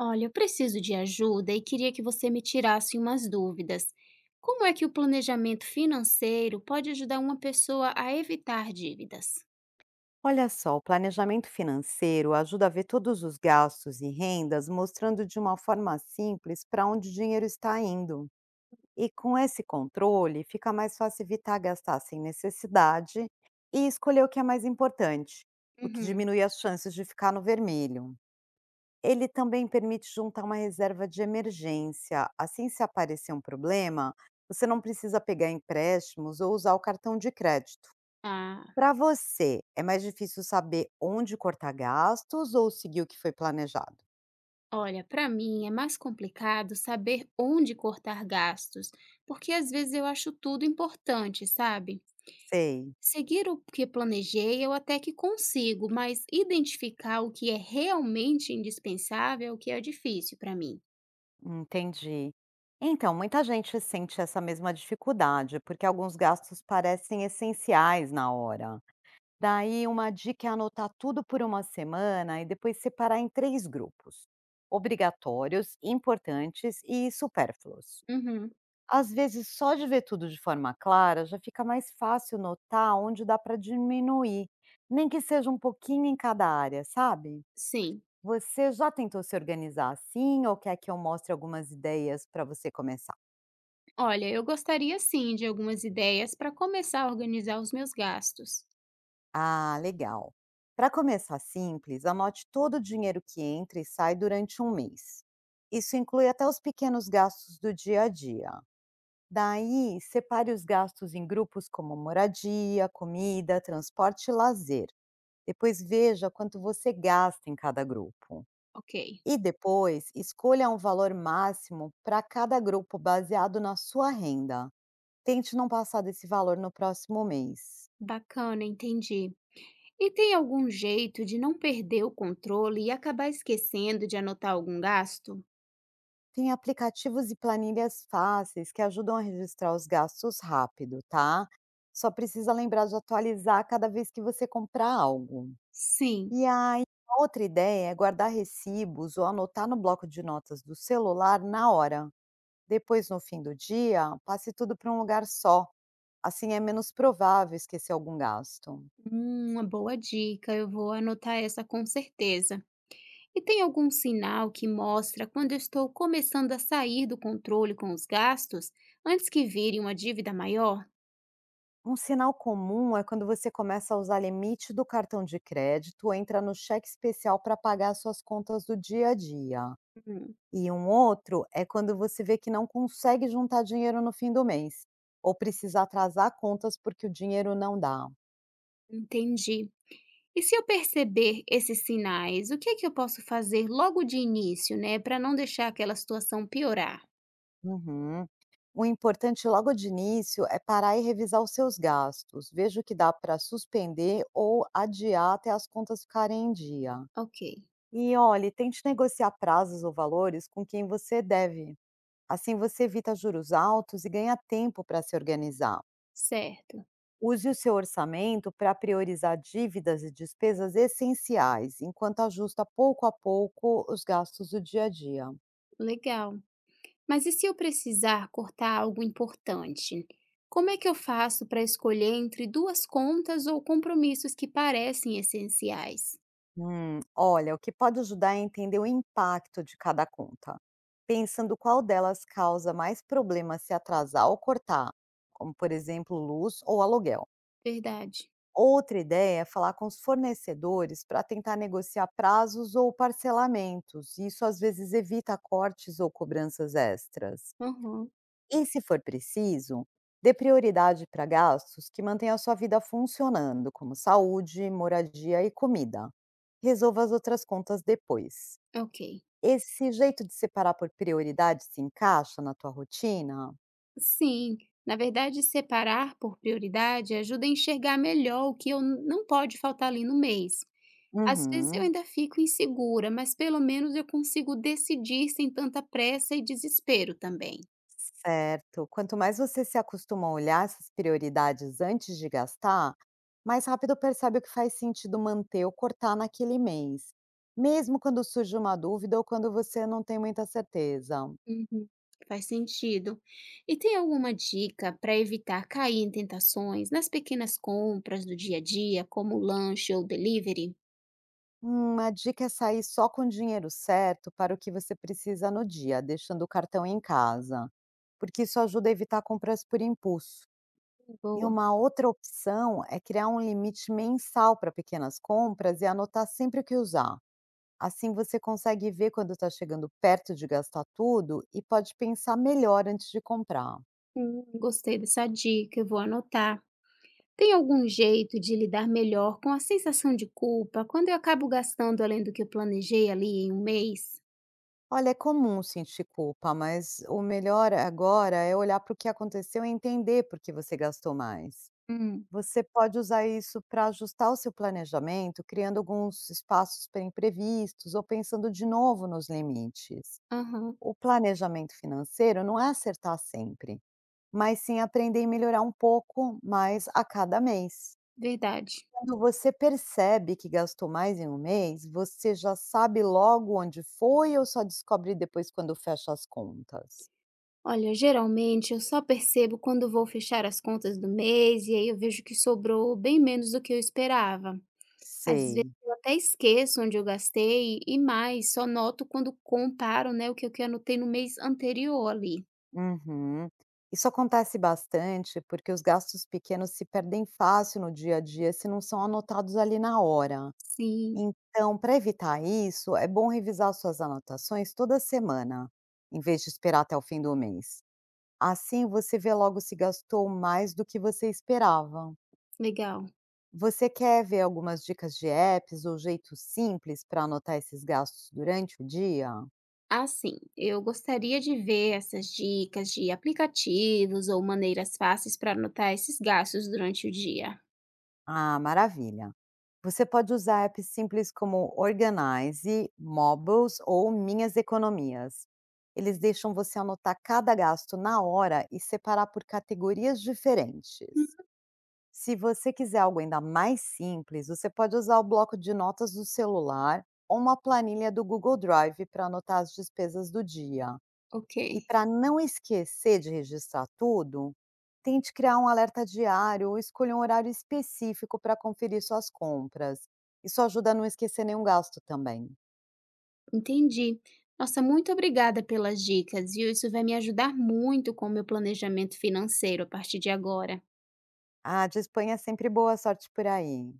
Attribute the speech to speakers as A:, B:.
A: Olha, eu preciso de ajuda e queria que você me tirasse umas dúvidas. Como é que o planejamento financeiro pode ajudar uma pessoa a evitar dívidas?
B: Olha só, o planejamento financeiro ajuda a ver todos os gastos e rendas, mostrando de uma forma simples para onde o dinheiro está indo. E com esse controle, fica mais fácil evitar gastar sem necessidade e escolher o que é mais importante, o que
A: Uhum.
B: diminui as chances de ficar no vermelho. Ele também permite juntar uma reserva de emergência, assim, se aparecer um problema, você não precisa pegar empréstimos ou usar o cartão de crédito.
A: Ah,
B: Para você, é mais difícil saber onde cortar gastos ou seguir o que foi planejado?
A: olha, para mim é mais complicado saber onde cortar gastos, porque às vezes eu acho tudo importante, sabe?
B: Sei,
A: Seguir o que planejei eu até que consigo, mas identificar o que é realmente indispensável, que é difícil para mim.
B: entendi. Então, muita gente sente essa mesma dificuldade, porque alguns gastos parecem essenciais na hora. Daí, uma dica é anotar tudo por uma semana e depois separar em três grupos: obrigatórios, importantes e supérfluos.
A: Uhum.
B: Às vezes, só de ver tudo de forma clara, já fica mais fácil notar onde dá para diminuir, nem que seja um pouquinho em cada área, sabe?
A: Sim.
B: Você já tentou se organizar assim ou quer que eu mostre algumas ideias para você começar?
A: Olha, eu gostaria sim de algumas ideias para começar a organizar os meus gastos.
B: Ah, legal. Para começar simples, anote todo o dinheiro que entra e sai durante um mês. Isso inclui até os pequenos gastos do dia a dia. Daí, separe os gastos em grupos como moradia, comida, transporte e lazer. Depois veja quanto você gasta em cada grupo.
A: Ok,
B: E depois, escolha um valor máximo para cada grupo baseado na sua renda. Tente não passar desse valor no próximo mês.
A: bacana, entendi. E tem algum jeito de não perder o controle e acabar esquecendo de anotar algum gasto?
B: Tem aplicativos e planilhas fáceis que ajudam a registrar os gastos rápido, tá? Só precisa lembrar de atualizar cada vez que você comprar algo.
A: Sim.
B: E aí, outra ideia é guardar recibos ou anotar no bloco de notas do celular na hora. Depois, no fim do dia, passe tudo para um lugar só. Assim é menos provável esquecer algum gasto.
A: Hum, uma boa dica, eu vou anotar essa com certeza. E tem algum sinal que mostra quando eu estou começando a sair do controle com os gastos antes que vire uma dívida maior?
B: Um sinal comum é quando você começa a usar limite do cartão de crédito ou entra no cheque especial para pagar suas contas do dia a dia.
A: Hum,
B: E um outro é quando você vê que não consegue juntar dinheiro no fim do mês, ou precisa atrasar contas porque o dinheiro não dá.
A: entendi. E se eu perceber esses sinais, o que é que eu posso fazer logo de início, né, para não deixar aquela situação piorar?
B: Uhum. O importante logo de início é parar e revisar os seus gastos. Veja o que dá para suspender ou adiar até as contas ficarem em dia.
A: Ok,
B: E olhe, tente negociar prazos ou valores com quem você deve. Assim você evita juros altos e ganha tempo para se organizar.
A: certo,
B: Use o seu orçamento para priorizar dívidas e despesas essenciais, enquanto ajusta pouco a pouco os gastos do dia a dia.
A: legal. Mas e se eu precisar cortar algo importante? Como é que eu faço para escolher entre duas contas ou compromissos que parecem essenciais?
B: Olha, o que pode ajudar é entender o impacto de cada conta, pensando qual delas causa mais problema se atrasar ou cortar, como por exemplo, luz ou aluguel.
A: Verdade.
B: Outra ideia é falar com os fornecedores para tentar negociar prazos ou parcelamentos. Isso às vezes evita cortes ou cobranças extras.
A: Uhum,
B: E, se for preciso, dê prioridade para gastos que mantenham a sua vida funcionando, como saúde, moradia e comida. Resolva as outras contas depois.
A: ok.
B: Esse jeito de separar por prioridade se encaixa na tua rotina?
A: Sim, na verdade, separar por prioridade ajuda a enxergar melhor o que eu não pode faltar ali no mês. Às vezes eu
B: Uhum.
A: ainda fico insegura, mas pelo menos eu consigo decidir sem tanta pressa e desespero também.
B: Certo. Quanto mais você se acostuma a olhar essas prioridades antes de gastar, mais rápido percebe o que faz sentido manter ou cortar naquele mês, mesmo quando surge uma dúvida ou quando você não tem muita certeza.
A: Uhum. Faz sentido. E tem alguma dica para evitar cair em tentações nas pequenas compras do dia a dia, como lanche ou delivery?
B: Uma dica é sair só com o dinheiro certo para o que você precisa no dia, deixando o cartão em casa, porque isso ajuda a evitar compras por impulso. E
A: Boa.
B: uma outra opção é criar um limite mensal para pequenas compras e anotar sempre o que usar. Assim você consegue ver quando está chegando perto de gastar tudo e pode pensar melhor antes de comprar.
A: Gostei dessa dica, eu vou anotar. Tem algum jeito de lidar melhor com a sensação de culpa quando eu acabo gastando além do que eu planejei ali em um mês?
B: Olha, é comum sentir culpa, mas o melhor agora é olhar para o que aconteceu e entender por que você gastou mais.
A: Hum,
B: Você pode usar isso para ajustar o seu planejamento, criando alguns espaços para imprevistos ou pensando de novo nos limites.
A: aham,
B: O planejamento financeiro não é acertar sempre, mas sim aprender e melhorar um pouco mais a cada mês.
A: verdade.
B: Quando você percebe que gastou mais em um mês, você já sabe logo onde foi ou só descobre depois quando fecha as contas?
A: Olha, geralmente eu só percebo quando vou fechar as contas do mês e aí eu vejo que sobrou bem menos do que eu esperava. Às vezes
B: Sei.
A: eu até esqueço onde eu gastei e mais, só noto quando comparo, né, o que eu que anotei no mês anterior ali.
B: Uhum. Isso acontece bastante porque os gastos pequenos se perdem fácil no dia a dia se não são anotados ali na hora.
A: Sim,
B: Então, para evitar isso, é bom revisar suas anotações toda semana, em vez de esperar até o fim do mês. Assim, você vê logo se gastou mais do que você esperava.
A: legal.
B: Você quer ver algumas dicas de apps ou jeitos simples para anotar esses gastos durante o dia?
A: Assim, eu gostaria de ver essas dicas de aplicativos ou maneiras fáceis para anotar esses gastos durante o dia.
B: Ah, maravilha! Você pode usar apps simples como Organize, Mobles ou Minhas Economias. Eles deixam você anotar cada gasto na hora e separar por categorias
A: Hum,
B: diferentes. Se você quiser algo ainda mais simples, você pode usar o bloco de notas do celular ou uma planilha do Google Drive para anotar as despesas do dia.
A: ok.
B: E para não esquecer de registrar tudo, tente criar um alerta diário ou escolha um horário específico para conferir suas compras. Isso ajuda a não esquecer nenhum gasto também.
A: Entendi. Nossa, muito obrigada pelas dicas, viu? Isso vai me ajudar muito com o meu planejamento financeiro a partir de agora.
B: Ah, de disponha sempre boa sorte por aí.